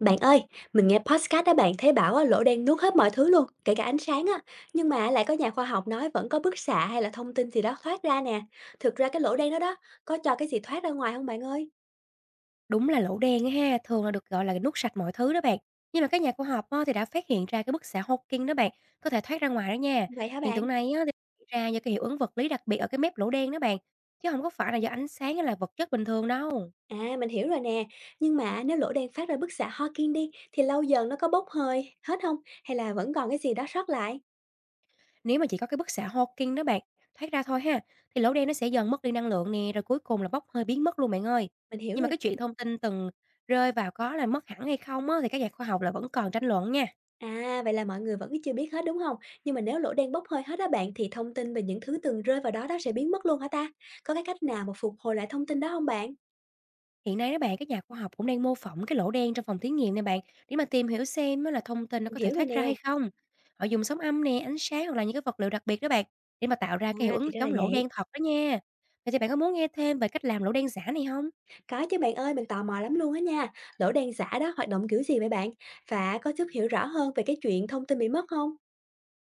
Bạn ơi, mình nghe podcast đó bạn thấy bảo á, lỗ đen nuốt hết mọi thứ luôn, kể cả ánh sáng á. Nhưng mà lại có nhà khoa học nói vẫn có bức xạ hay là thông tin gì đó thoát ra nè. Thực ra cái lỗ đen đó đó, có cho cái gì thoát ra ngoài không bạn ơi? Đúng là lỗ đen á ha, thường là được gọi là nuốt sạch mọi thứ đó bạn. Nhưng mà các nhà khoa học á, thì đã phát hiện ra cái bức xạ Hawking đó bạn, có thể thoát ra ngoài đó nha. Vậy hả Hiện bạn? tượng này á, thì xảy ra do cái hiệu ứng vật lý đặc biệt ở cái mép lỗ đen đó bạn, chứ không có phải là do ánh sáng hay là vật chất bình thường đâu. À, mình hiểu rồi nè. Nhưng mà nếu lỗ đen phát ra bức xạ Hawking đi, thì lâu dần nó có bốc hơi hết không? Hay là vẫn còn cái gì đó sót lại? Nếu mà chỉ có cái bức xạ Hawking đó bạn, thoát ra thôi ha, thì lỗ đen nó sẽ dần mất đi năng lượng nè, rồi cuối cùng là bốc hơi biến mất luôn bạn ơi. Mình hiểu Nhưng mà rồi. cái chuyện thông tin từng rơi vào có là mất hẳn hay không á, thì các nhà khoa học là vẫn còn tranh luận nha. À, vậy là mọi người vẫn chưa biết hết, đúng không? Nhưng mà nếu lỗ đen bốc hơi hết á bạn, thì thông tin về những thứ từng rơi vào đó đó sẽ biến mất luôn hả ta? Có cái cách nào mà phục hồi lại thông tin đó không bạn? Hiện nay đó bạn, các nhà khoa học cũng đang mô phỏng cái lỗ đen trong phòng thí nghiệm này bạn, để mà tìm hiểu xem á là thông tin nó Mình có thể hiểu rồi thoát ra nè. hay không. Họ dùng sóng âm nè, ánh sáng hoặc là những cái vật liệu đặc biệt đó bạn, để mà tạo ra cái hiệu À, thì ứng ra là chống lỗ vậy. đen thật đó nha. Vậy thì bạn có muốn nghe thêm về cách làm lỗ đen giả này không? Có chứ bạn ơi, mình tò mò lắm luôn á nha. Lỗ đen giả đó hoạt động kiểu gì vậy bạn? Và có giúp hiểu rõ hơn về cái chuyện thông tin bị mất không?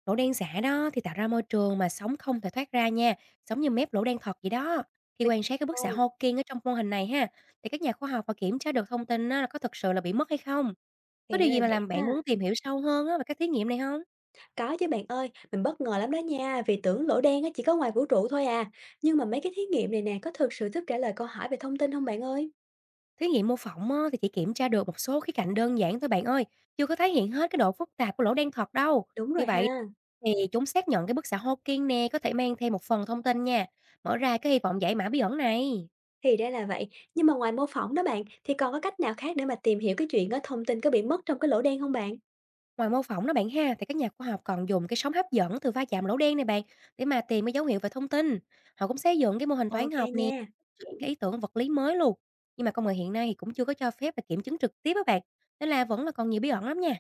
Lỗ đen giả đó thì tạo ra môi trường mà sóng không thể thoát ra nha, giống như mép lỗ đen thật vậy đó. Khi Mình quan sát cái bức xạ thôi, Hawking ở trong mô hình này ha, thì các nhà khoa học họ kiểm tra được thông tin á là có thực sự là bị mất hay không. Có thì ra điều là gì mà vậy làm bạn ha. muốn tìm hiểu sâu hơn á về các thí nghiệm này không? Có chứ bạn ơi, mình bất ngờ lắm đó nha, vì tưởng lỗ đen á chỉ có ngoài vũ trụ thôi à. Nhưng mà mấy cái thí nghiệm này nè, có thực sự giúp trả lời câu hỏi về thông tin không bạn ơi? Thí nghiệm mô phỏng á, thì chỉ kiểm tra được một số khía cạnh đơn giản thôi bạn ơi, chưa có thể hiện hết cái độ phức tạp của lỗ đen thật đâu. Đúng Vì rồi ha. vậy thì chúng xác nhận cái bức xạ Hawking nè có thể mang thêm một phần thông tin nha, mở ra cái hy vọng giải mã bí ẩn này. Thì ra là vậy, nhưng mà ngoài mô phỏng đó bạn, thì còn có cách nào khác để mà tìm hiểu cái chuyện á thông tin có bị mất trong cái lỗ đen không bạn? Ngoài mô phỏng đó bạn ha, thì các nhà khoa học còn dùng cái sóng hấp dẫn từ va chạm lỗ đen này bạn để mà tìm cái dấu hiệu về thông tin. Họ cũng xây dựng cái mô hình toán OK học nè, nha. những cái ý tưởng vật lý mới luôn. Nhưng mà công nghệ hiện nay thì cũng chưa có cho phép là kiểm chứng trực tiếp á bạn, nên là vẫn là còn nhiều bí ẩn lắm nha.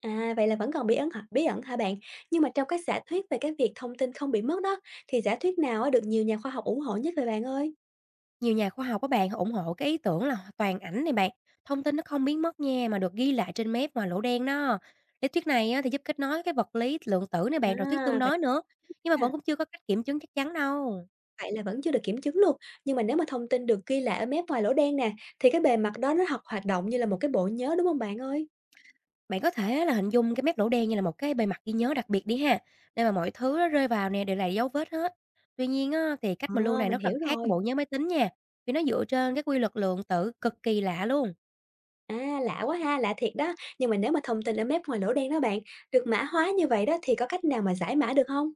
À, vậy là vẫn còn bí ẩn hả bạn? Nhưng mà trong các giả thuyết về cái việc thông tin không bị mất đó, thì giả thuyết nào á được nhiều nhà khoa học ủng hộ nhất vậy bạn ơi? Nhiều nhà khoa học các bạn họ ủng hộ cái ý tưởng là toàn ảnh này bạn, thông tin nó không biến mất nha mà được ghi lại trên mép ngoài lỗ đen đó. Lý thuyết này á, thì giúp kết nối cái vật lý lượng tử này À, bạn rồi thuyết tương vậy đối nữa, nhưng mà vẫn ha, cũng chưa có cách kiểm chứng chắc chắn đâu. vậy là vẫn chưa được kiểm chứng luôn. Nhưng mà nếu mà thông tin được ghi lại ở mép ngoài lỗ đen nè, thì cái bề mặt đó nó học hoạt động như là một cái bộ nhớ, đúng không bạn ơi? Bạn có thể là hình dung cái mép lỗ đen như là một cái bề mặt ghi nhớ đặc biệt đi ha, nơi mà mọi thứ nó rơi vào nè đều là dấu vết hết. Tuy nhiên á, thì Ờ, cách mà lưu này nó mình rất là hiểu khác cái rồi. bộ nhớ máy tính nha, vì nó dựa trên cái quy luật lượng tử cực kỳ lạ luôn. À, lạ quá ha, lạ thiệt đó. Nhưng mà nếu mà thông tin ở map ngoài lỗ đen đó bạn, được mã hóa như vậy đó thì có cách nào mà giải mã được không?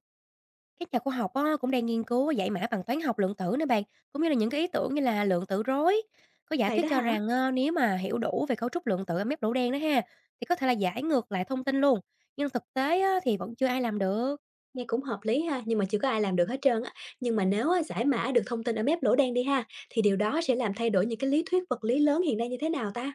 Các nhà khoa học á, cũng đang nghiên cứu giải mã bằng toán học lượng tử nữa bạn, cũng như là những cái ý tưởng như là lượng tử rối. Có giả Vậy thuyết đó cho hả? rằng nếu mà hiểu đủ về cấu trúc lượng tử ở mép lỗ đen đó ha, thì có thể là giải ngược lại thông tin luôn. Nhưng thực tế á, thì vẫn chưa ai làm được. Nghe cũng hợp lý ha, nhưng mà chưa có ai làm được hết trơn á. Nhưng mà nếu á giải mã được thông tin ở map lỗ đen đi ha, thì điều đó sẽ làm thay đổi những cái lý thuyết vật lý lớn hiện nay như thế nào ta?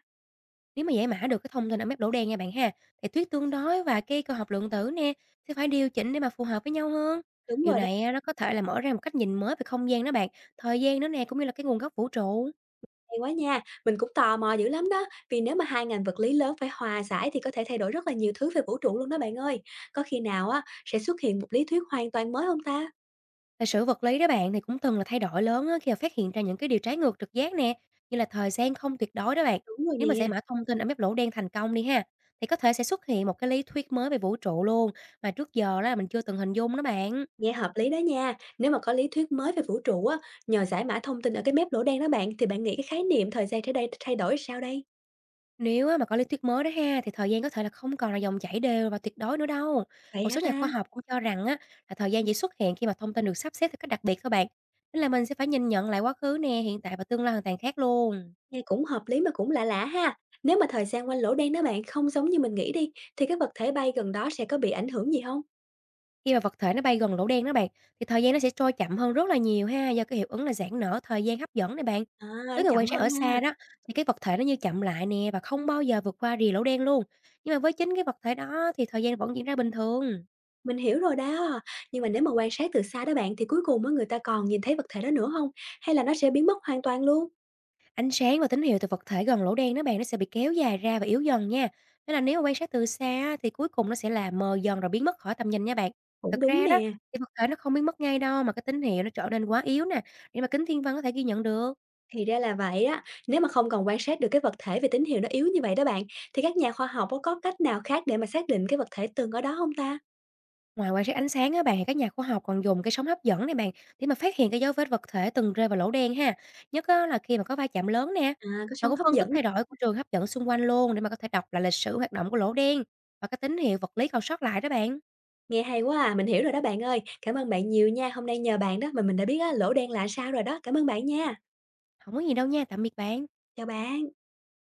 Nếu mà giải mã được cái thông tin ở mép lỗ đen nha bạn ha, thì thuyết tương đối và cái cơ học lượng tử nè sẽ phải điều chỉnh để mà phù hợp với nhau hơn. Đúng Điều rồi đó, này á, nó có thể là mở ra một cách nhìn mới về không gian đó bạn, thời gian nữa nè cũng như là cái nguồn gốc vũ trụ. hay quá nha. Mình cũng tò mò dữ lắm đó, vì nếu mà hai ngành vật lý lớn phải hòa giải thì có thể thay đổi rất là nhiều thứ về vũ trụ luôn đó bạn ơi. Có khi nào á sẽ xuất hiện một lý thuyết hoàn toàn mới không ta? Lịch sử vật lý đó bạn thì cũng từng là thay đổi lớn á, khi mà phát hiện ra những cái điều trái ngược trực giác nè, như là thời gian không tuyệt đối đó bạn. Đúng rồi Nếu mà giải nè. mã thông tin ở mép lỗ đen thành công đi ha, thì có thể sẽ xuất hiện một cái lý thuyết mới về vũ trụ luôn mà trước giờ đó là mình chưa từng hình dung đó bạn. Nghe hợp lý đó nha. Nếu mà có lý thuyết mới về vũ trụ á, nhờ giải mã thông tin ở cái mép lỗ đen đó bạn, thì bạn nghĩ cái khái niệm thời gian trở đây thay đổi sao đây? Nếu á, mà có lý thuyết mới đó ha thì thời gian có thể là không còn là dòng chảy đều và tuyệt đối nữa đâu. Vậy Một hả số nhà khoa ta? học cũng cho rằng á là thời gian chỉ xuất hiện khi mà thông tin được sắp xếp theo cách đặc biệt thôi bạn. Nên là mình sẽ phải nhìn nhận lại quá khứ nè, hiện tại và tương lai hoàn toàn khác luôn. Nghe cũng hợp lý mà cũng lạ lạ ha. Nếu mà thời gian quanh lỗ đen đó bạn không giống như mình nghĩ đi, thì cái vật thể bay gần đó sẽ có bị ảnh hưởng gì không? Khi mà vật thể nó bay gần lỗ đen đó bạn, thì thời gian nó sẽ trôi chậm hơn rất là nhiều ha, do cái hiệu ứng là giãn nở thời gian hấp dẫn này bạn. À, nó Với người quan chậm sát hơn ở xa ha. đó, thì cái vật thể nó như chậm lại nè và không bao giờ vượt qua rìa lỗ đen luôn. Nhưng mà với chính cái vật thể đó thì thời gian vẫn diễn ra bình thường. Mình hiểu rồi đó. Nhưng mà nếu mà quan sát từ xa đó bạn, thì cuối cùng á, người ta còn nhìn thấy vật thể đó nữa không? Hay là nó sẽ biến mất hoàn toàn luôn? Ánh sáng và tín hiệu từ vật thể gần lỗ đen đó bạn nó sẽ bị kéo dài ra và yếu dần nha. Nên là nếu mà quan sát từ xa á, thì cuối cùng nó sẽ là mờ dần rồi biến mất khỏi tầm nhìn nha bạn. Cũng Thực đúng ra đó nè. thì vật thể nó không biến mất ngay đâu mà cái tín hiệu nó trở nên quá yếu nè để mà kính thiên văn có thể ghi nhận được. Thì ra là vậy á. Nếu mà không còn quan sát được cái vật thể về tín hiệu nó yếu như vậy đó bạn, thì các nhà khoa học có cách nào khác để mà xác định cái vật thể từng ở đó không ta? Ngoài quan sát ánh sáng á bạn, thì các nhà khoa học còn dùng cái sóng hấp dẫn này bạn để mà phát hiện cái dấu vết vật thể từng rơi vào lỗ đen ha. Nhất á, là khi mà có va chạm lớn nè. À, có Họ sống cũng hấp phân tích dẫn, thay đổi của trường hấp dẫn xung quanh luôn để mà có thể đọc lại lịch sử hoạt động của lỗ đen và cái tín hiệu vật lý còn sót lại đó bạn. nghe hay quá à, mình hiểu rồi đó bạn ơi. Cảm ơn bạn nhiều nha, hôm nay nhờ bạn đó mà mình đã biết á, lỗ đen là sao rồi đó. Cảm ơn bạn nha. Không có gì đâu nha, tạm biệt bạn. Chào bạn.